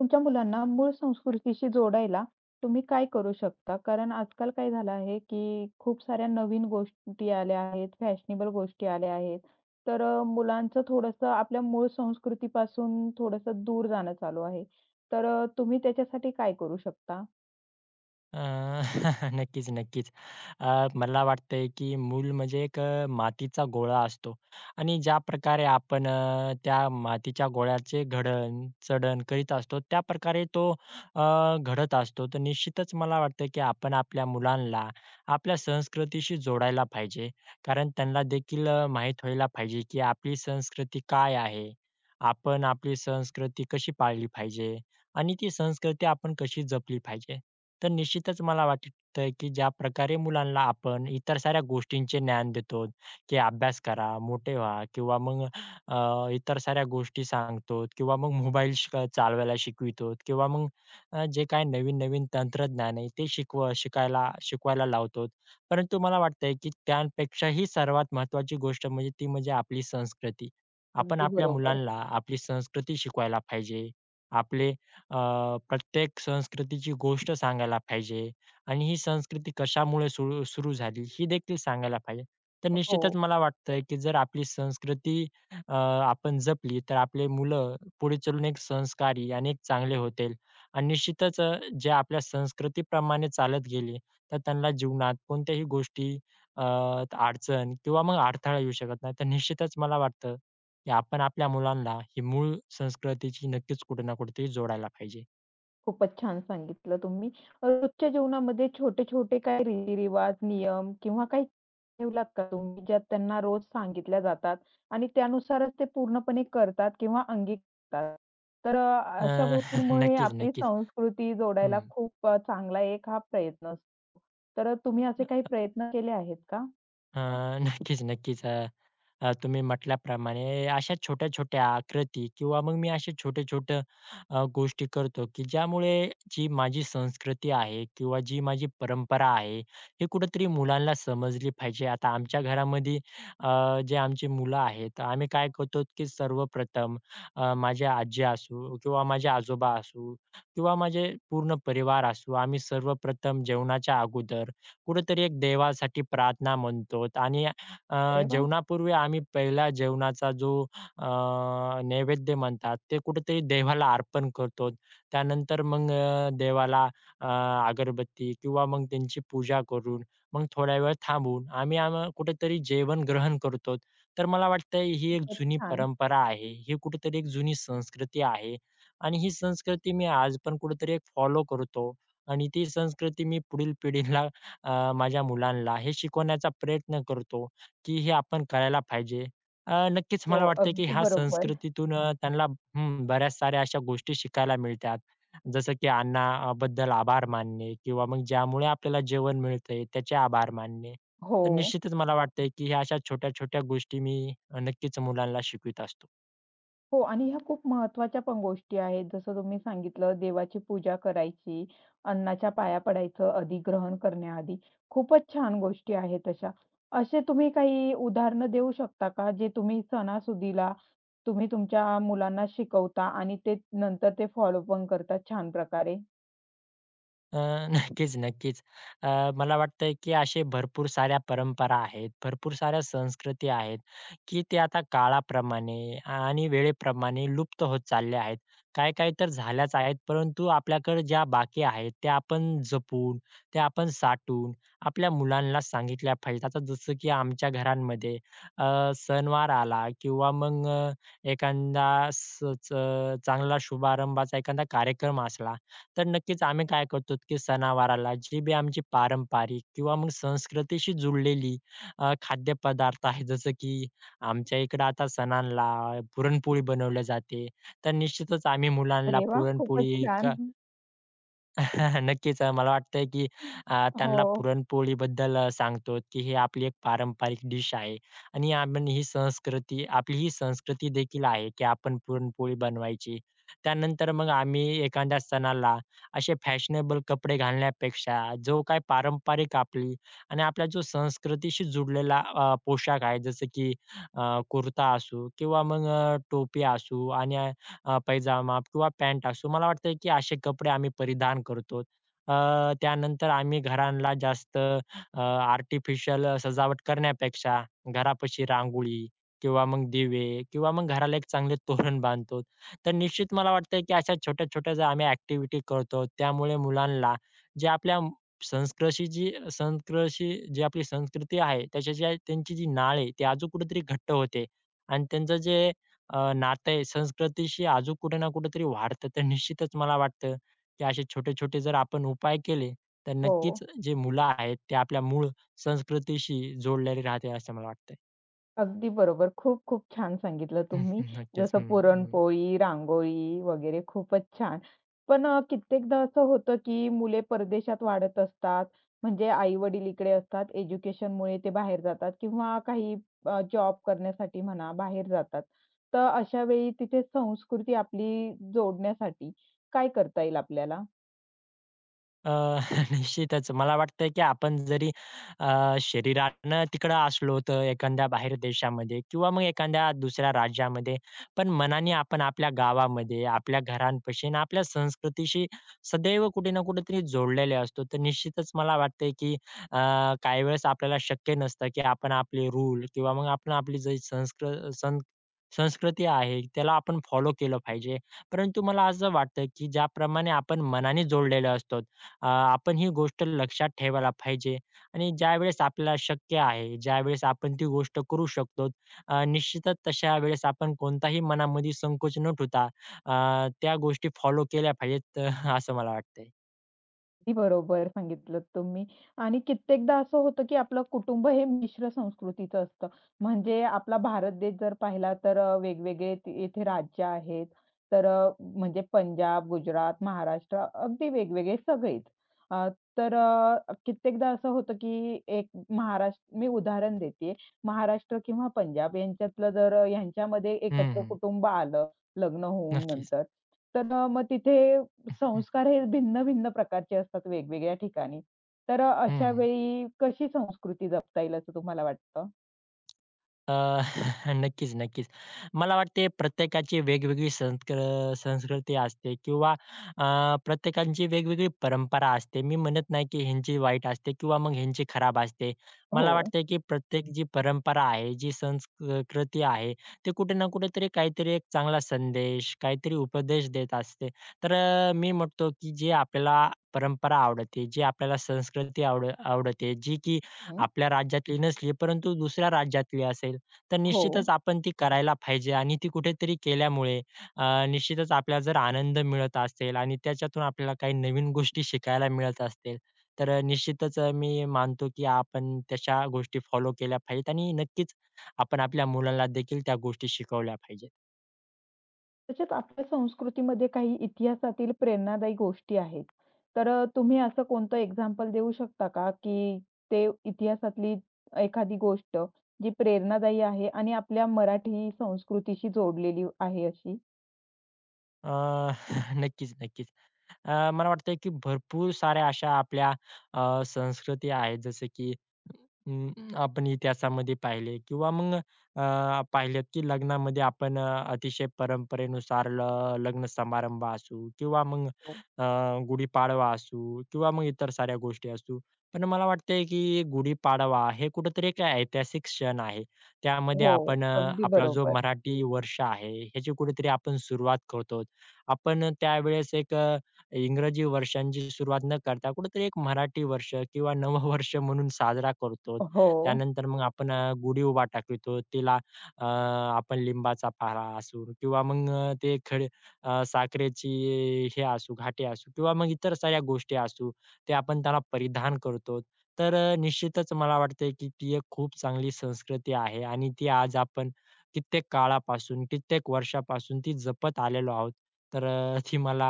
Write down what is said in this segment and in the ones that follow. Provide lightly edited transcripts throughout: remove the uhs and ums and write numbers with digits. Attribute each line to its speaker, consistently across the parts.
Speaker 1: तुमच्या मुलांना मूळ संस्कृतीशी जोडायला तुम्ही काय करू शकता? कारण आजकाल काय झालं आहे, की खूप साऱ्या नवीन गोष्टी आल्या आहेत, फॅशनेबल गोष्टी आल्या आहेत. मुलांचं थोडंसं आपल्या मूळ संस्कृतीपासून थोडंसं दूर जाणं चालू आहे. तुम्ही त्याच्यासाठी काय करू शकता?
Speaker 2: अ, नक्कीच, नक्कीच. मला वाटतंय की मूल म्हणजे एक मातीचा गोळा असतो आणि ज्या प्रकारे आपण त्या मातीच्या गोळ्याचे घडण, चढण करीत असतो, त्या प्रकारे तो घडत असतो. तर निश्चितच मला वाटतं की आपण आपल्या मुलांना आपल्या संस्कृतीशी जोडायला पाहिजे. कारण त्यांना देखील माहीत व्हायला पाहिजे की आपली संस्कृती काय आहे? आपण आपली संस्कृती कशी पाळली पाहिजे? आणि ती संस्कृती आपण कशी जपली पाहिजे. तर निश्चितच मला वाटतंय की ज्या प्रकारे मुलांना आपण इतर साऱ्या गोष्टींचे ज्ञान देतो, की अभ्यास करा, मोठे व्हा किंवा मग इतर साऱ्या गोष्टी सांगतो किंवा मग मोबाईल चालवायला शिकवितो किंवा मग जे काही नवीन-नवीन तंत्रज्ञान आहे ते शिकवायला लावतो. परंतु मला वाटतंय की त्यापेक्षाही सर्वात महत्त्वाची गोष्ट म्हणजे ती म्हणजे आपली संस्कृती. आपण
Speaker 1: अगदी
Speaker 2: आपल्या
Speaker 1: बरोबर.
Speaker 2: मुलांना आपली संस्कृती शिकवायला पाहिजे. आपले अ, प्रत्येक संस्कृतीची गोष्ट सांगायला पाहिजे आणि ही संस्कृती कशामुळे सुरू सुरू झाली ही देखील सांगायला पाहिजे. तर
Speaker 1: हो.
Speaker 2: निश्चितच मला वाटतंय, की जर आपली संस्कृती आपण जपली तर आपले मुलं पुढे चालून एक संस्कारी आणि एक चांगले होतील आणि निश्चितच जे आपल्या संस्कृतीप्रमाणे चालत गेले तर त्यांना जीवनात कोणत्याही गोष्टी अ, अडचण किंवा मग अडथळा येऊ शकत नाही. तर निश्चितच मला वाटतं, की आपण आपल्या मुलांना ही मूळ संस्कृतीची नक्कीच कुठे ना कुठेतरी जोडायला पाहिजे.
Speaker 1: खूपच छान सांगितलं तुम्ही. रोजच्या जीवनामध्ये छोटे-छोटे काही रीतिरिवाज, नियम किंवा काही ठेवलात का तुम्ही, ज्यात त्यांना रोज सांगितल्या जातात आणि त्यानुसारच ते पूर्णपणे करतात किंवा अंगीकारतात?
Speaker 2: अ,
Speaker 1: अशा गोष्टींमुळे
Speaker 2: नक्कीच,
Speaker 1: आपली
Speaker 2: नक्कीच.
Speaker 1: संस्कृती
Speaker 2: हं.
Speaker 1: जोडायला खूप चांगला एक हा प्रयत्न असतो. तर तुम्ही असे काही प्रयत्न केले आहेत का?
Speaker 2: अ, नक्कीच, नक्कीच. अ, अ, तुम्ही म्हटल्याप्रमाणे अशा छोट्या-छोट्या आकृती किंवा मग मी असे छोटे-छोटे गोष्टी करतो, की ज्यामुळे जी माझी संस्कृती आहे किंवा जी माझी परंपरा आहे, हे कुठेतरी मुलांना समजली पाहिजे. आता आमच्या घरामध्ये जे आमची मुलं आहेत, आम्ही काय करतो, की सर्वप्रथम माझी आजी असू किंवा माझे आजोबा असू किंवा माझे पूर्ण परिवार असू, आम्ही सर्वप्रथम जेवणाच्या अगोदर कुठेतरी एक देवासाठी प्रार्थना म्हणतो आणि अ,
Speaker 1: अरे वाह!
Speaker 2: जेवणापूर्वी आम्ही पहिला जेवणाचा जो अ, नैवेद्य म्हणतात ते कुठेतरी देवाला अर्पण करतो. त्यानंतर मग देवाला अ, अगरबत्ती किंवा मग त्यांची पूजा करून मग थोड्या वेळ थांबून आम्ही आम्हा कुठेतरी जेवण ग्रहण करतो. तर मला वाटतंय ही एक
Speaker 1: खूपच
Speaker 2: जुनी
Speaker 1: छान.
Speaker 2: परंपरा आहे. ही कुठेतरी एक जुनी संस्कृती आहे आणि ही संस्कृती मी आज पण कुठेतरी एक फॉलो करतो आणि ती संस्कृती मी पुढील पिढीला माझ्या मुलांना हे शिकवण्याचा प्रयत्न करतो, की हे आपण करायला पाहिजे. नक्कीच
Speaker 1: हो,
Speaker 2: मला वाटतं, की
Speaker 1: अगदी
Speaker 2: ह्या
Speaker 1: बरोबर.
Speaker 2: संस्कृतीतून त्यांना बऱ्याच साऱ्या अशा गोष्टी शिकायला मिळतात. जसं की अन्नाबद्दल आभार मानणे किंवा मग ज्यामुळे आपल्याला जेवण मिळतंय त्याचे आभार मानणे.
Speaker 1: हो.
Speaker 2: तर निश्चितच मला वाटतंय, की ह्या अशा छोट्या-छोट्या गोष्टी मी नक्कीच मुलांना शिकवीत असतो.
Speaker 1: हो आणि ह्या खूप महत्त्वाच्या पण गोष्टी आहेत. जसं तुम्ही सांगितलं देवाची पूजा करायची, अन्नाच्या पाया पडायचं अधिग्रहण करण्याआधी. खूपच छान गोष्टी आहेत अशा. असे तुम्ही काही उदाहरणं देऊ शकता का, जे तुम्ही सणासुदीला तुम्ही तुमच्या मुलांना शिकवता आणि ते नंतर ते फॉलो पण करतात छान प्रकारे?
Speaker 2: अ, नक्कीच, नक्कीच. अ, मला वाटतंय, की असे भरपूर साऱ्या परंपरा आहेत, भरपूर साऱ्या संस्कृती आहेत, की ते आता काळाप्रमाणे आणि वेळेप्रमाणे लुप्त होत चालल्या आहेत. काही-काही तर झाल्याच आहेत, परंतु आपल्याकडे ज्या बाकी आहेत, त्या आपण जपून, त्या आपण साठवून आपल्या मुलांना सांगितल्या पाहिजेत. आता जसं की आमच्या घरांमध्ये सणवार आला किंवा मग एखादा स च चांगला शुभारंभाचा एखादा कार्यक्रम असला, तर नक्कीच आम्ही काय करतो की सणावाराला जी बी आमची पारंपरिक किंवा मग संस्कृतीशी जुळलेली खाद्यपदार्थ आहे जसं की आमच्या इकडं आता सणांला पुरणपोळी बनवली जाते. तर निश्चितच आम्ही मुलांना
Speaker 1: अरे वाह! खूपच
Speaker 2: पुरणपोळी
Speaker 1: छान.
Speaker 2: नक्कीच. मला वाटतंय की त्यांना
Speaker 1: हो,
Speaker 2: पुरणपोळीबद्दल सांगतो की ही आपली एक पारंपरिक डिश आहे आणि आपण ही संस्कृती आपली ही संस्कृती देखील आहे की आपण पुरणपोळी बनवायची. त्यानंतर मग आम्ही एखाद्या सणाला असे फॅशनेबल कपडे घालण्यापेक्षा जो काही पारंपरिक आपली आणि आपल्या जो संस्कृतीशी जुडलेला पोशाख आहे जसं की कुर्ता असू किंवा मग टोपी असू आणि पैजामा किंवा पॅन्ट असो, मला वाटतंय की असे कपडे आम्ही परिधान करतो. त्यानंतर आम्ही घरांना जास्त आर्टिफिशियल सजावट करण्यापेक्षा घरापाशी रांगोळी किंवा मग दिवे किंवा मग घराला एक चांगले तोरण बांधतो. तर निश्चित मला वाटतंय की अशा छोट्या-छोट्या ज्या आम्ही ॲक्टिव्हिटी करतो, त्यामुळे मुलांना जे आपल्या संस्कृतीशी जी संस्कृतशी जी आपली संस्कृती आहे, त्याच्याशी त्यांची जी नाळ आहे, ती अजून कुठेतरी घट्ट होते आणि त्यांचं जे नातं आहे संस्कृतीशी अजून कुठे ना कुठेतरी वाढतं. तर निश्चितच मला वाटतं, की असे छोटे-छोटे जर आपण उपाय केले, तर
Speaker 1: हो.
Speaker 2: नक्कीच जे मुलं आहेत, ते आपल्या मूळ संस्कृतीशी जोडलेले राहतील असं मला वाटतंय.
Speaker 1: अगदी बरोबर. खूप-खूप छान सांगितलं
Speaker 2: हं,
Speaker 1: तुम्ही.
Speaker 2: हं. नक्कीच.
Speaker 1: जसं
Speaker 2: हं, हं.
Speaker 1: पुरणपोळी, रांगोळी वगैरे खूपच छान. पण कित्येकदा असं होतं, की मुले परदेशात वाढत असतात. म्हणजे आई-वडील इकडे असतात. एज्युकेशनमुळे ते बाहेर जातात किंवा काही जॉब करण्यासाठी म्हणा बाहेर जातात. तर अशा वेळी तिथे संस्कृती आपली जोडण्यासाठी काय करता येईल आपल्याला?
Speaker 2: अ, निश्चितच. मला वाटतंय, की आपण जरी शरीरानं तिकडं असलो तर एखाद्या बाहेर देशामध्ये किंवा मग एखाद्या दुसऱ्या राज्यामध्ये, पण मनाने आपण आपल्या गावामध्ये, आपल्या घरापाशी आणि आपल्या संस्कृतीशी सदैव कुठे ना कुठेतरी जोडलेले असतो. तर निश्चितच मला वाटतंय, की अ, काही वेळेस आपल्याला शक्य नसतं, की आपण आपले रूल किंवा मग आपण आपली जी संस्कृ सं संस्कृती आहे त्याला आपण फॉलो केलं पाहिजे. परंतु मला असं वाटतं, की ज्याप्रमाणे आपण मनाने जोडलेले असतो आपण ही गोष्ट लक्षात ठेवायला पाहिजे आणि ज्यावेळेस आपल्याला शक्य आहे, ज्यावेळेस आपण ती गोष्ट करू शकतो, निश्चितच तशा वेळेस आपण कोणताही मनामध्ये संकोच न ठेवता त्या गोष्टी फॉलो केल्या पाहिजेत, असं मला वाटतंय.
Speaker 1: अगदी बरोबर सांगितलत तुम्ही आणि कित्येकदा असं होतं, की आपलं कुटुंब हे मिश्र संस्कृतीचं असतं. म्हणजे आपला भारत देश जर पाहिला तर वेगवेगळे येथे राज्य आहेत. तर म्हणजे पंजाब, गुजरात, महाराष्ट्र अगदी वेगवेगळे सगळेच. अ, कित्येकदा असं होतं, की एक महाराष्ट्र मी उदाहरण देते. महाराष्ट्र किंवा पंजाब यांच्यातलं जर यांच्यामध्ये
Speaker 2: हं,
Speaker 1: एकत्र
Speaker 2: हं.
Speaker 1: कुटुंब आलं लग्न होऊन
Speaker 2: नक्कीच.
Speaker 1: नंतर, तर मग तिथे
Speaker 2: हं,
Speaker 1: संस्कार हे भिन्न-भिन्न प्रकारचे असतात वेगवेगळ्या ठिकाणी. अशा
Speaker 2: हं,
Speaker 1: वेळी कशी संस्कृती जपता येईल असं तुम्हाला वाटतं?
Speaker 2: अ, नक्कीच, नक्कीच. मला वाटते प्रत्येकाची वेगवेगळी संस्कृ संस्कृती असते किंवा अ, प्रत्येकाची वेगवेगळी परंपरा असते. मी म्हणत नाही की ह्यांची वाईट असते किंवा मग ह्यांची खराब असते. मला
Speaker 1: हो.
Speaker 2: वाटते की प्रत्येक जी परंपरा आहे, जी संस्कृती आहे, ते कुठे ना कुठेतरी काहीतरी एक चांगला संदेश, काहीतरी उपदेश देत असते. तर मी म्हणतो की जे आपल्याला परंपरा आवडते, जी आपल्याला संस्कृती आवड आवडते, जी की
Speaker 1: हं.
Speaker 2: आपल्या राज्यातली नसली, परंतु दुसऱ्या राज्यातली असेल. तर
Speaker 1: हो.
Speaker 2: निश्चितच आपण ती करायला पाहिजे आणि ती कुठेतरी केल्यामुळे निश्चितच आपल्याला जर आनंद मिळत असेल आणि त्याच्यातून आपल्याला काही नवीन गोष्टी शिकायला मिळत असतील, तर निश्चितच मी मानतो की आपण तशा गोष्टी फॉलो केल्या पाहिजेत आणि नक्कीच आपण आपल्या मुलांना देखील त्या गोष्टी शिकवल्या पाहिजेत.
Speaker 1: तसेच आपल्या संस्कृतीमध्ये काही इतिहासातील प्रेरणादायी गोष्टी आहेत. तुम्ही असं कोणतं एक्झाम्पल देऊ शकता का, की ते इतिहासातली एखादी गोष्ट जी प्रेरणादायी आहे आणि आपल्या मराठी संस्कृतीशी जोडलेली आहे अशी?
Speaker 2: अ, नक्कीच, नक्कीच. मला वाटतंय की भरपूर साऱ्या अशा आपल्या संस्कृती आहेत जसं की अं, आपण इतिहासामध्ये पाहिले किंवा मग पाहिलेत की लग्नामध्ये आपण अतिशय परंपरेनुसार लग्न समारंभ असू किंवा मग गुढीपाडवा असू किंवा मग इतर साऱ्या गोष्टी असू. पण मला वाटतंय की गुढीपाडवा हे कुठेतरी एक ऐतिहासिक क्षण आहे. त्यामध्ये
Speaker 1: हो,
Speaker 2: आपण
Speaker 1: अगदी
Speaker 2: आपला जो
Speaker 1: बरोबर.
Speaker 2: मराठी वर्ष आहे ह्याची कुठेतरी आपण सुरुवात करतो. आपण त्यावेळेस एक इंग्रजी वर्षांची सुरुवात न करता कुठेतरी एक मराठी वर्ष किंवा नववर्ष म्हणून साजरा करतो.
Speaker 1: हो,
Speaker 2: त्यानंतर मग आपण गुढी-उभा टाकतो. तिला अ, आपण लिंबाचा पाला असू किंवा मग ते खडे साखरेची हे असू, घाटे असू किंवा मग इतर साऱ्या गोष्टी असू, ते आपण त्याला परिधान करतो. तर निश्चितच मला वाटतंय की ती एक खूप चांगली संस्कृती आहे आणि ती आज आपण कित्येक काळापासून, कित्येक वर्षापासून ती जपत आलेलो आहोत. तर ती मला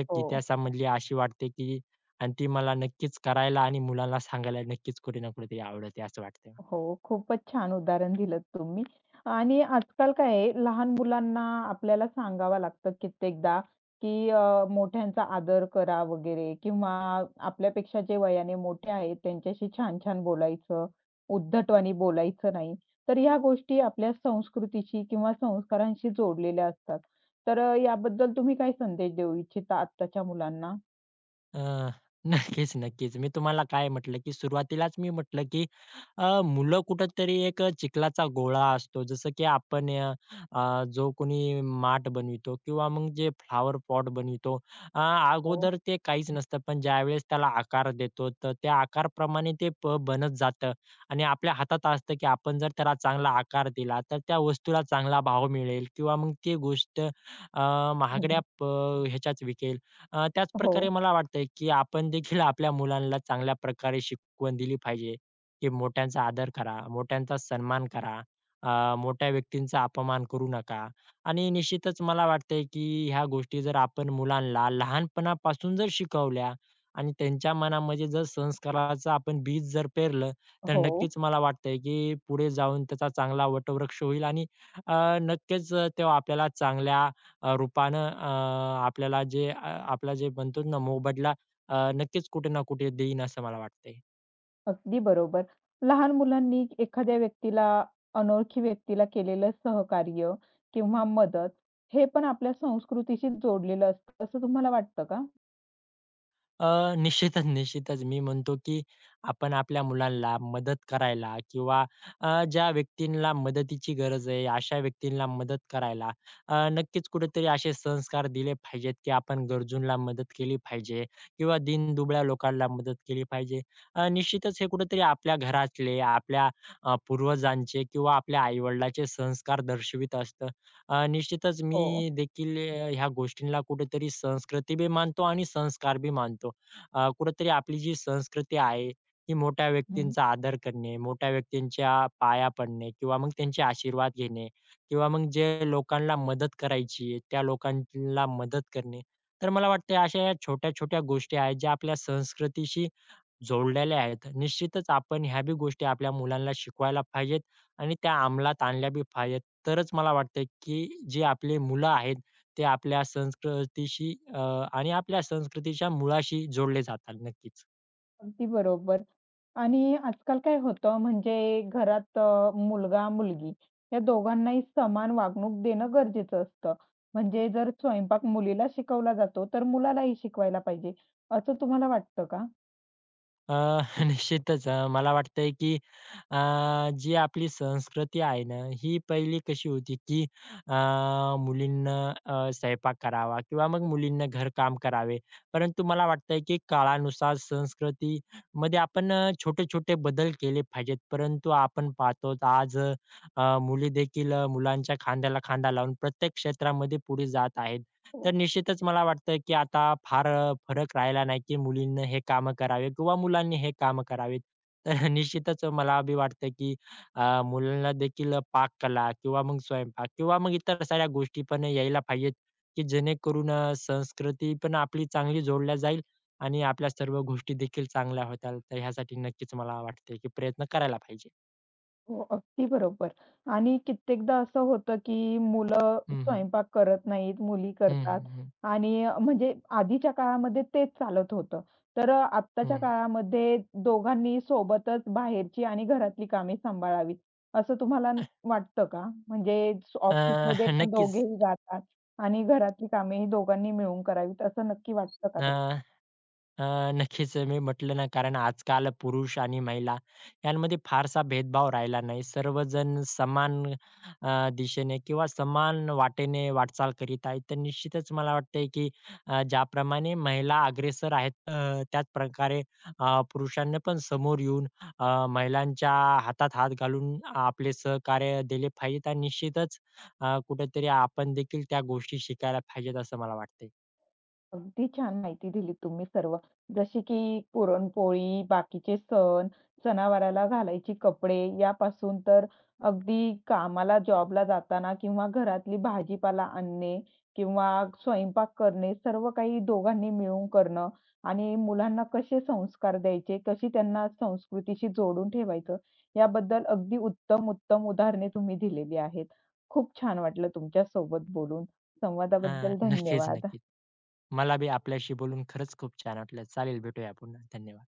Speaker 2: एक
Speaker 1: हो.
Speaker 2: इतिहासामधली अशी वाटते की आणि ती मला नक्कीच करायला आणि मुलांना सांगायला नक्कीच कुठे ना कुठेतरी आवडते असं वाटतंय.
Speaker 1: हो, खूपच छान उदाहरण दिलंत तुम्ही. आणि आजकाल काय आहे, लहान मुलांना आपल्याला सांगावं लागतं कित्येकदा, की मोठ्यांचा आदर करा वगैरे किंवा आपल्यापेक्षा जे वयाने मोठे आहेत, त्यांच्याशी छान-छान बोलायचं, उद्धटवाणी बोलायचं नाही. तर ह्या गोष्टी आपल्या संस्कृतीशी किंवा संस्कारांशी जोडलेल्या असतात. याबद्दल तुम्ही काय संदेश देऊ इच्छिता आत्ताच्या मुलांना?
Speaker 2: अ, नक्कीच, नक्कीच. मी तुम्हाला काय म्हटलं, की सुरुवातीलाच मी म्हटलं, की मुलं कुठेतरी एक चिखलाचा गोळा असतो. जसं की आपण अ, अ, जो कोणी माठ बनवितो किंवा मग जे फ्लॉवर पॉट बनवितो, अ,
Speaker 1: हो.
Speaker 2: अगोदर ते काहीच नसतं. पण ज्यावेळेस त्याला आकार देतो, तर त्या आकारप्रमाणे ते प बनत जातं आणि आपल्या हातात असतं, की आपण जर त्याला चांगला आकार दिला, तर त्या वस्तूला चांगला भाव मिळेल किंवा मग ती गोष्ट महागड्या ह्याच्यात विकेल.
Speaker 1: हो.
Speaker 2: त्याचप्रकारे मला वाटतंय, की आपण देखील आपल्या मुलांना चांगल्या प्रकारे शिकवण दिली पाहिजे, की मोठ्यांचा आदर करा, मोठ्यांचा सन्मान करा, मोठ्या व्यक्तींचा अपमान करू नका आणि निश्चितच मला वाटतंय, की ह्या गोष्टी जर आपण मुलांना लहानपणापासून जर शिकवल्या आणि त्यांच्या मनामध्ये जर संस्काराचं आपण बीज जर पेरलं, तर
Speaker 1: हो.
Speaker 2: नक्कीच मला वाटतंय, की पुढे जाऊन त्याचा चांगला वटवृक्ष होईल आणि अ, नक्कीच तो आपल्याला चांगल्या रूपानं आपल्याला जे आपला जे म्हणतो ना मोबदला नक्कीच कुठे ना कुठे देईन असं मला वाटतंय.
Speaker 1: अगदी बरोबर. लहान मुलांनी एखाद्या व्यक्तीला, अनोळखी व्यक्तीला केलेलं सहकार्य किंवा मदत, हे पण आपल्या संस्कृतीशी जोडलेलं असतं, असं तुम्हाला वाटतं का?
Speaker 2: निश्चितच, निश्चितच. मी म्हणतो, की आपण आपल्या मुलांना मदत करायला किंवा ज्या व्यक्तींना मदतीची गरज आहे, अशा व्यक्तींना मदत करायला नक्कीच कुठेतरी असे संस्कार दिले पाहिजेत, की आपण गरजूंना मदत केली पाहिजे किंवा दीनदुबळ्या लोकांना मदत केली पाहिजे. निश्चितच हे कुठेतरी आपल्या घरातले, आपल्या पूर्वजांचे किंवा आपल्या आई संस्कार दर्शवित असतं. निश्चितच मी
Speaker 1: हो.
Speaker 2: देखील ह्या गोष्टींना कुठेतरी संस्कृती बी मानतो आणि संस्कार बी मानतो. कुठेतरी आपली जी संस्कृती आहे, ही मोठ्या
Speaker 1: हं.
Speaker 2: व्यक्तींचा आदर करणे, मोठ्या व्यक्तींच्या पाया पडणे किंवा मग त्यांचे आशीर्वाद घेणे किंवा मग जे लोकांना मदत करायची आहे, त्या लोकांना मदत करणे. तर मला वाटतंय अशा या छोट्या-छोट्या गोष्टी आहेत, ज्या आपल्या संस्कृतीशी जोडलेल्या आहेत. निश्चितच आपण ह्या बी गोष्टी आपल्या मुलांना शिकवायला पाहिजेत आणि त्या अंमलात आणल्या बी पाहिजेत. तरच मला वाटतंय, की जे आपले मुलं आहेत, ते आपल्या संस्कृतीशी आणि आपल्या संस्कृतीच्या मुळाशी जोडले जातात. नक्कीच.
Speaker 1: अगदी बरोबर. आणि आजकाल काय होतं म्हणजे घरात मुलगा-मुलगी या दोघांनाही समान वागणूक देणं गरजेचं असतं. म्हणजे जर स्वयंपाक मुलीला शिकवला जातो, तर मुलालाही शिकवायला पाहिजे, असं तुम्हाला वाटतं का?
Speaker 2: अ, निश्चितच मला वाटतंय की अ, जी आपली संस्कृती आहे ना, ही पहिली कशी होती की मुलींना स्वयंपाक करावा किंवा मग मुलींना घरकाम करावे. परंतु मला वाटतंय की काळानुसार संस्कृतीमध्ये आपण छोटे-छोटे बदल केले पाहिजेत. परंतु आपण पाहतो आज मुली देखील मुलांच्या खांद्याला खांदा लावून प्रत्येक क्षेत्रामध्ये पुढे जात आहेत. तर
Speaker 1: हो.
Speaker 2: निश्चितच मला वाटतं, की आता फार फरक राहिला नाही, की मुलींनी हे कामं करावे किंवा मुलांनी हे कामं करावीत. तर निश्चितच मला बी वाटतं, की मुलांना देखील पाककला किंवा मग स्वयंपाक किंवा मग इतर साऱ्या गोष्टी पण यायला पाहिजेत, की जेणेकरून संस्कृती पण आपली चांगली जोडल्या जाईल आणि आपल्या सर्व गोष्टी देखील चांगल्या होतील. तर ह्यासाठी नक्कीच मला वाटते, की प्रयत्न करायला पाहिजे.
Speaker 1: हो, अगदी बरोबर. आणि कित्येकदा असं होतं, की मुलं
Speaker 2: हं, हं.
Speaker 1: स्वयंपाक करत नाहीत, मुली
Speaker 2: हं,
Speaker 1: करतात
Speaker 2: हं, हं,
Speaker 1: आणि म्हणजे आधीच्या काळामध्ये तेच चालत होतं. आत्ताच्या काळामध्ये दोघांनी सोबतच बाहेरची आणि घरातली कामे सांभाळावीत, असं तुम्हाला न वाटतं का?
Speaker 2: अ,
Speaker 1: ऑफिसमध्ये पण
Speaker 2: नक्कीच.
Speaker 1: दोघेही जातात आणि घरातली कामेही दोघांनी मिळून करावीत, असं नक्की वाटतं का?
Speaker 2: अ अ, नक्कीच मी म्हटलं ना कारण आजकाल पुरुष आणि महिला यांमध्ये फारसा भेदभाव राहिला नाही. सर्वजण समान दिशेने किंवा समान वाटेने वाटचाल करीत आहेत. तर निश्चितच मला वाटतंय की ज्याप्रमाणे महिला अग्रेसर आहेत त्याच प्रकारे पुरुषांनी पण समोर येऊन महिलांच्या हातात हात घालून आपले सहकार्य दिले पाहिजेत आणि निश्चितच कुठेतरी आपण देखील त्या गोष्टी शिकायला पाहिजेत असं मला वाटतंय.
Speaker 1: अगदी छान माहिती दिली तुम्ही सर्व. जशी की पुरणपोळी, बाकीचे सण, सणावाराला घालायचे कपडे यापासून तर अगदी कामाला, जॉबला जाताना किंवा घरातली भाजीपाला आणणे किंवा स्वयंपाक करणे, सर्व काही दोघांनी मिळून करणं आणि मुलांना कसे संस्कार द्यायचे, कशी त्यांना संस्कृतीशी जोडून ठेवायचं, याबद्दल अगदी उत्तम-उत्तम उदाहरणे तुम्ही दिलेली आहेत. खूप छान वाटलं तुमच्यासोबत बोलून.
Speaker 2: अ,
Speaker 1: संवादाबद्दल
Speaker 2: नक्कीच,
Speaker 1: धन्यवाद.
Speaker 2: नक्कीच. मला बी आपल्याशी बोलून खरंच खूप छान वाटलं. चालेल, भेटूया पुन्हा. धन्यवाद.